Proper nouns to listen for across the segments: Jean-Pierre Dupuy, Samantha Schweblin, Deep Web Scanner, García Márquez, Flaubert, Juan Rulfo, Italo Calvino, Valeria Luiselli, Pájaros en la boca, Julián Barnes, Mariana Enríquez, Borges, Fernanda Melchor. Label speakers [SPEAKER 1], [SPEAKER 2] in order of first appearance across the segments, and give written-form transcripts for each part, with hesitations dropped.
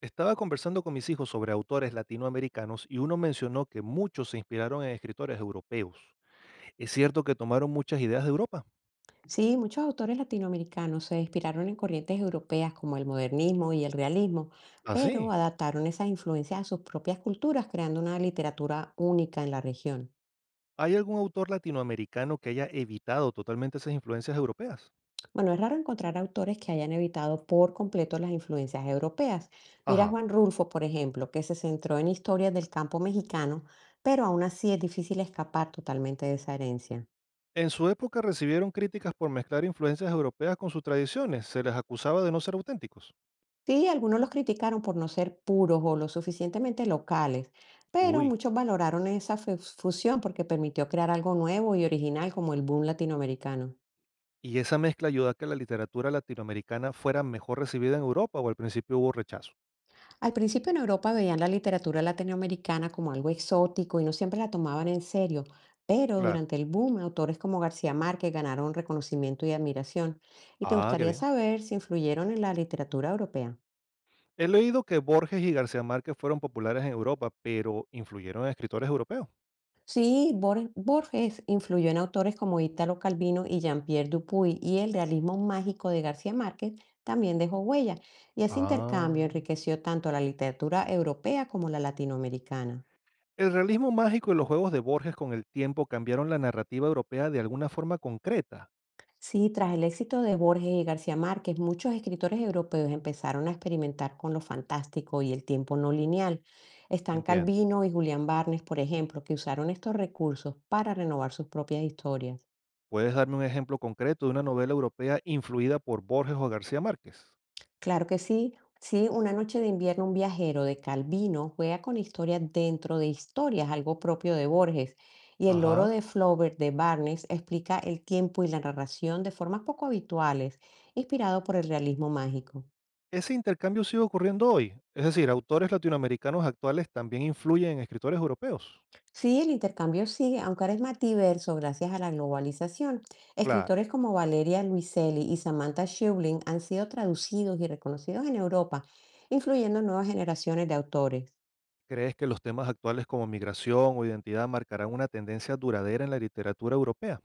[SPEAKER 1] Estaba conversando con mis hijos sobre autores latinoamericanos y uno mencionó que muchos se inspiraron en escritores europeos. Es cierto que tomaron muchas ideas de Europa.
[SPEAKER 2] Sí, muchos autores latinoamericanos se inspiraron en corrientes europeas como el modernismo y el realismo,
[SPEAKER 1] ¿Ah,
[SPEAKER 2] pero
[SPEAKER 1] sí?
[SPEAKER 2] adaptaron esas influencias a sus propias culturas, creando una literatura única en la región.
[SPEAKER 1] ¿Hay algún autor latinoamericano que haya evitado totalmente esas influencias europeas?
[SPEAKER 2] Bueno, es raro encontrar autores que hayan evitado por completo las influencias europeas. Mira a
[SPEAKER 1] Ajá.
[SPEAKER 2] Juan Rulfo, por ejemplo, que se centró en historias del campo mexicano, pero aún así es difícil escapar totalmente de esa herencia.
[SPEAKER 1] En su época recibieron críticas por mezclar influencias europeas con sus tradiciones. Se les acusaba de no ser auténticos.
[SPEAKER 2] Sí, algunos los criticaron por no ser puros o lo suficientemente locales, pero
[SPEAKER 1] Uy.
[SPEAKER 2] muchos valoraron esa fusión porque permitió crear algo nuevo y original como el boom latinoamericano.
[SPEAKER 1] ¿Y esa mezcla ayudó a que la literatura latinoamericana fuera mejor recibida en Europa o al principio hubo rechazo?
[SPEAKER 2] Al principio en Europa veían la literatura latinoamericana como algo exótico y no siempre la tomaban en serio, pero
[SPEAKER 1] Claro.
[SPEAKER 2] durante el boom autores como García Márquez ganaron reconocimiento y admiración. ¿Y te
[SPEAKER 1] Ah, qué
[SPEAKER 2] gustaría
[SPEAKER 1] bien.
[SPEAKER 2] saber si influyeron en la literatura europea?
[SPEAKER 1] He leído que Borges y García Márquez fueron populares en Europa, pero influyeron en escritores europeos.
[SPEAKER 2] Sí, Borges influyó en autores como Italo Calvino y Jean-Pierre Dupuy, y el realismo mágico de García Márquez también dejó huella, y ese
[SPEAKER 1] Ah,
[SPEAKER 2] intercambio enriqueció tanto la literatura europea como la latinoamericana.
[SPEAKER 1] el realismo mágico y los juegos de Borges con el tiempo cambiaron la narrativa europea de alguna forma concreta.
[SPEAKER 2] Sí, tras el éxito de Borges y García Márquez, muchos escritores europeos empezaron a experimentar con lo fantástico y el tiempo no lineal. Están
[SPEAKER 1] Entiendo.
[SPEAKER 2] Calvino y Julián Barnes, por ejemplo, que usaron estos recursos para renovar sus propias historias.
[SPEAKER 1] ¿Puedes darme un ejemplo concreto de una novela europea influida por Borges o García Márquez?
[SPEAKER 2] Claro que sí. Sí, Una noche de invierno, un viajero de Calvino juega con historias dentro de historias, algo propio de Borges. Y el loro
[SPEAKER 1] Ajá.
[SPEAKER 2] de Flaubert de Barnes explica el tiempo y la narración de formas poco habituales, inspirado por el realismo mágico.
[SPEAKER 1] Ese intercambio sigue ocurriendo hoy. Es decir, autores latinoamericanos actuales también influyen en escritores europeos.
[SPEAKER 2] Sí, el intercambio sigue, aunque ahora es más diverso gracias a la globalización.
[SPEAKER 1] Claro.
[SPEAKER 2] Escritores como Valeria Luiselli y Samantha Schweblin han sido traducidos y reconocidos en Europa, influyendo en nuevas generaciones de autores.
[SPEAKER 1] ¿Crees que los temas actuales como migración o identidad marcarán una tendencia duradera en la literatura europea?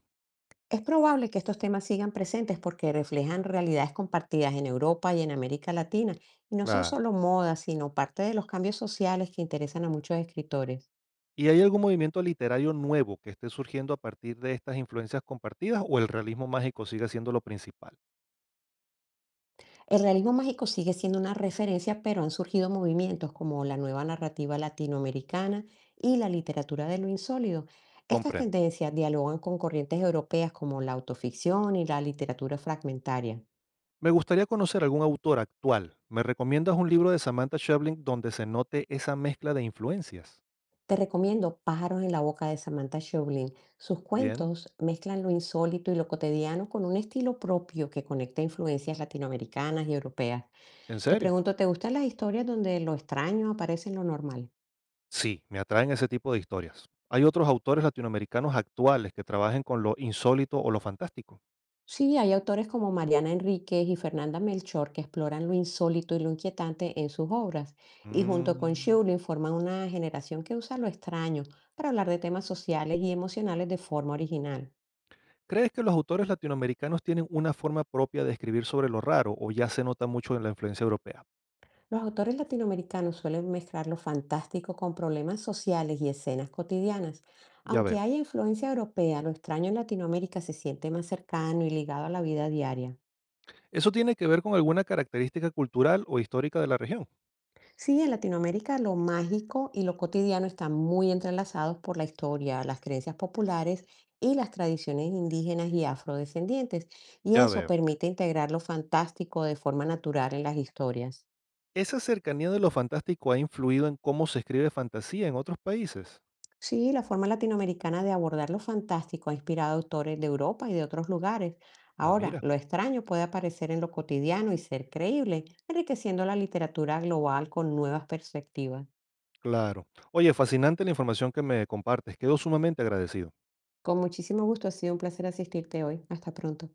[SPEAKER 2] Es probable que estos temas sigan presentes porque reflejan realidades compartidas en Europa y en América Latina, y no son
[SPEAKER 1] Claro.
[SPEAKER 2] solo modas, sino parte de los cambios sociales que interesan a muchos escritores.
[SPEAKER 1] ¿Y hay algún movimiento literario nuevo que esté surgiendo a partir de estas influencias compartidas o el realismo mágico sigue siendo lo principal?
[SPEAKER 2] El realismo mágico sigue siendo una referencia, pero han surgido movimientos como la nueva narrativa latinoamericana y la literatura de lo insólido. Estas
[SPEAKER 1] Comprendo.
[SPEAKER 2] tendencias dialogan con corrientes europeas como la autoficción y la literatura fragmentaria.
[SPEAKER 1] Me gustaría conocer algún autor actual. ¿Me recomiendas un libro de Samantha Schweblin donde se note esa mezcla de influencias?
[SPEAKER 2] Te recomiendo Pájaros en la boca de Samantha Schweblin. Sus
[SPEAKER 1] Bien,
[SPEAKER 2] cuentos mezclan lo insólito y lo cotidiano con un estilo propio que conecta influencias latinoamericanas y europeas.
[SPEAKER 1] ¿en
[SPEAKER 2] Te
[SPEAKER 1] serio?
[SPEAKER 2] pregunto, ¿te gustan las historias donde lo extraño aparece en lo normal?
[SPEAKER 1] Sí, me atraen ese tipo de historias. ¿Hay otros autores latinoamericanos actuales que trabajen con lo insólito o lo fantástico?
[SPEAKER 2] Sí, hay autores como Mariana Enríquez y Fernanda Melchor que exploran lo insólito y lo inquietante en sus obras, y junto con
[SPEAKER 1] Mm.
[SPEAKER 2] Schweblin forman una generación que usa lo extraño para hablar de temas sociales y emocionales de forma original.
[SPEAKER 1] ¿Crees que los autores latinoamericanos tienen una forma propia de escribir sobre lo raro o ya se nota mucho en la influencia europea?
[SPEAKER 2] Los autores latinoamericanos suelen mezclar lo fantástico con problemas sociales y escenas cotidianas.
[SPEAKER 1] Ya
[SPEAKER 2] Aunque
[SPEAKER 1] veo.
[SPEAKER 2] haya influencia europea, lo extraño en Latinoamérica se siente más cercano y ligado a la vida diaria.
[SPEAKER 1] ¿Eso tiene que ver con alguna característica cultural o histórica de la región?
[SPEAKER 2] Sí, en Latinoamérica lo mágico y lo cotidiano están muy entrelazados por la historia, las creencias populares y las tradiciones indígenas y afrodescendientes, y
[SPEAKER 1] Ya
[SPEAKER 2] eso
[SPEAKER 1] veo.
[SPEAKER 2] permite integrar lo fantástico de forma natural en las historias.
[SPEAKER 1] ¿Esa cercanía de lo fantástico ha influido en cómo se escribe fantasía en otros países?
[SPEAKER 2] Sí, la forma latinoamericana de abordar lo fantástico ha inspirado a autores de Europa y de otros lugares.
[SPEAKER 1] Ah,
[SPEAKER 2] Ahora,
[SPEAKER 1] mira,
[SPEAKER 2] lo extraño puede aparecer en lo cotidiano y ser creíble, enriqueciendo la literatura global con nuevas perspectivas.
[SPEAKER 1] claro. Oye, fascinante la información que me compartes. Quedo sumamente agradecido.
[SPEAKER 2] Con muchísimo gusto, ha sido un placer asistirte hoy. Hasta pronto.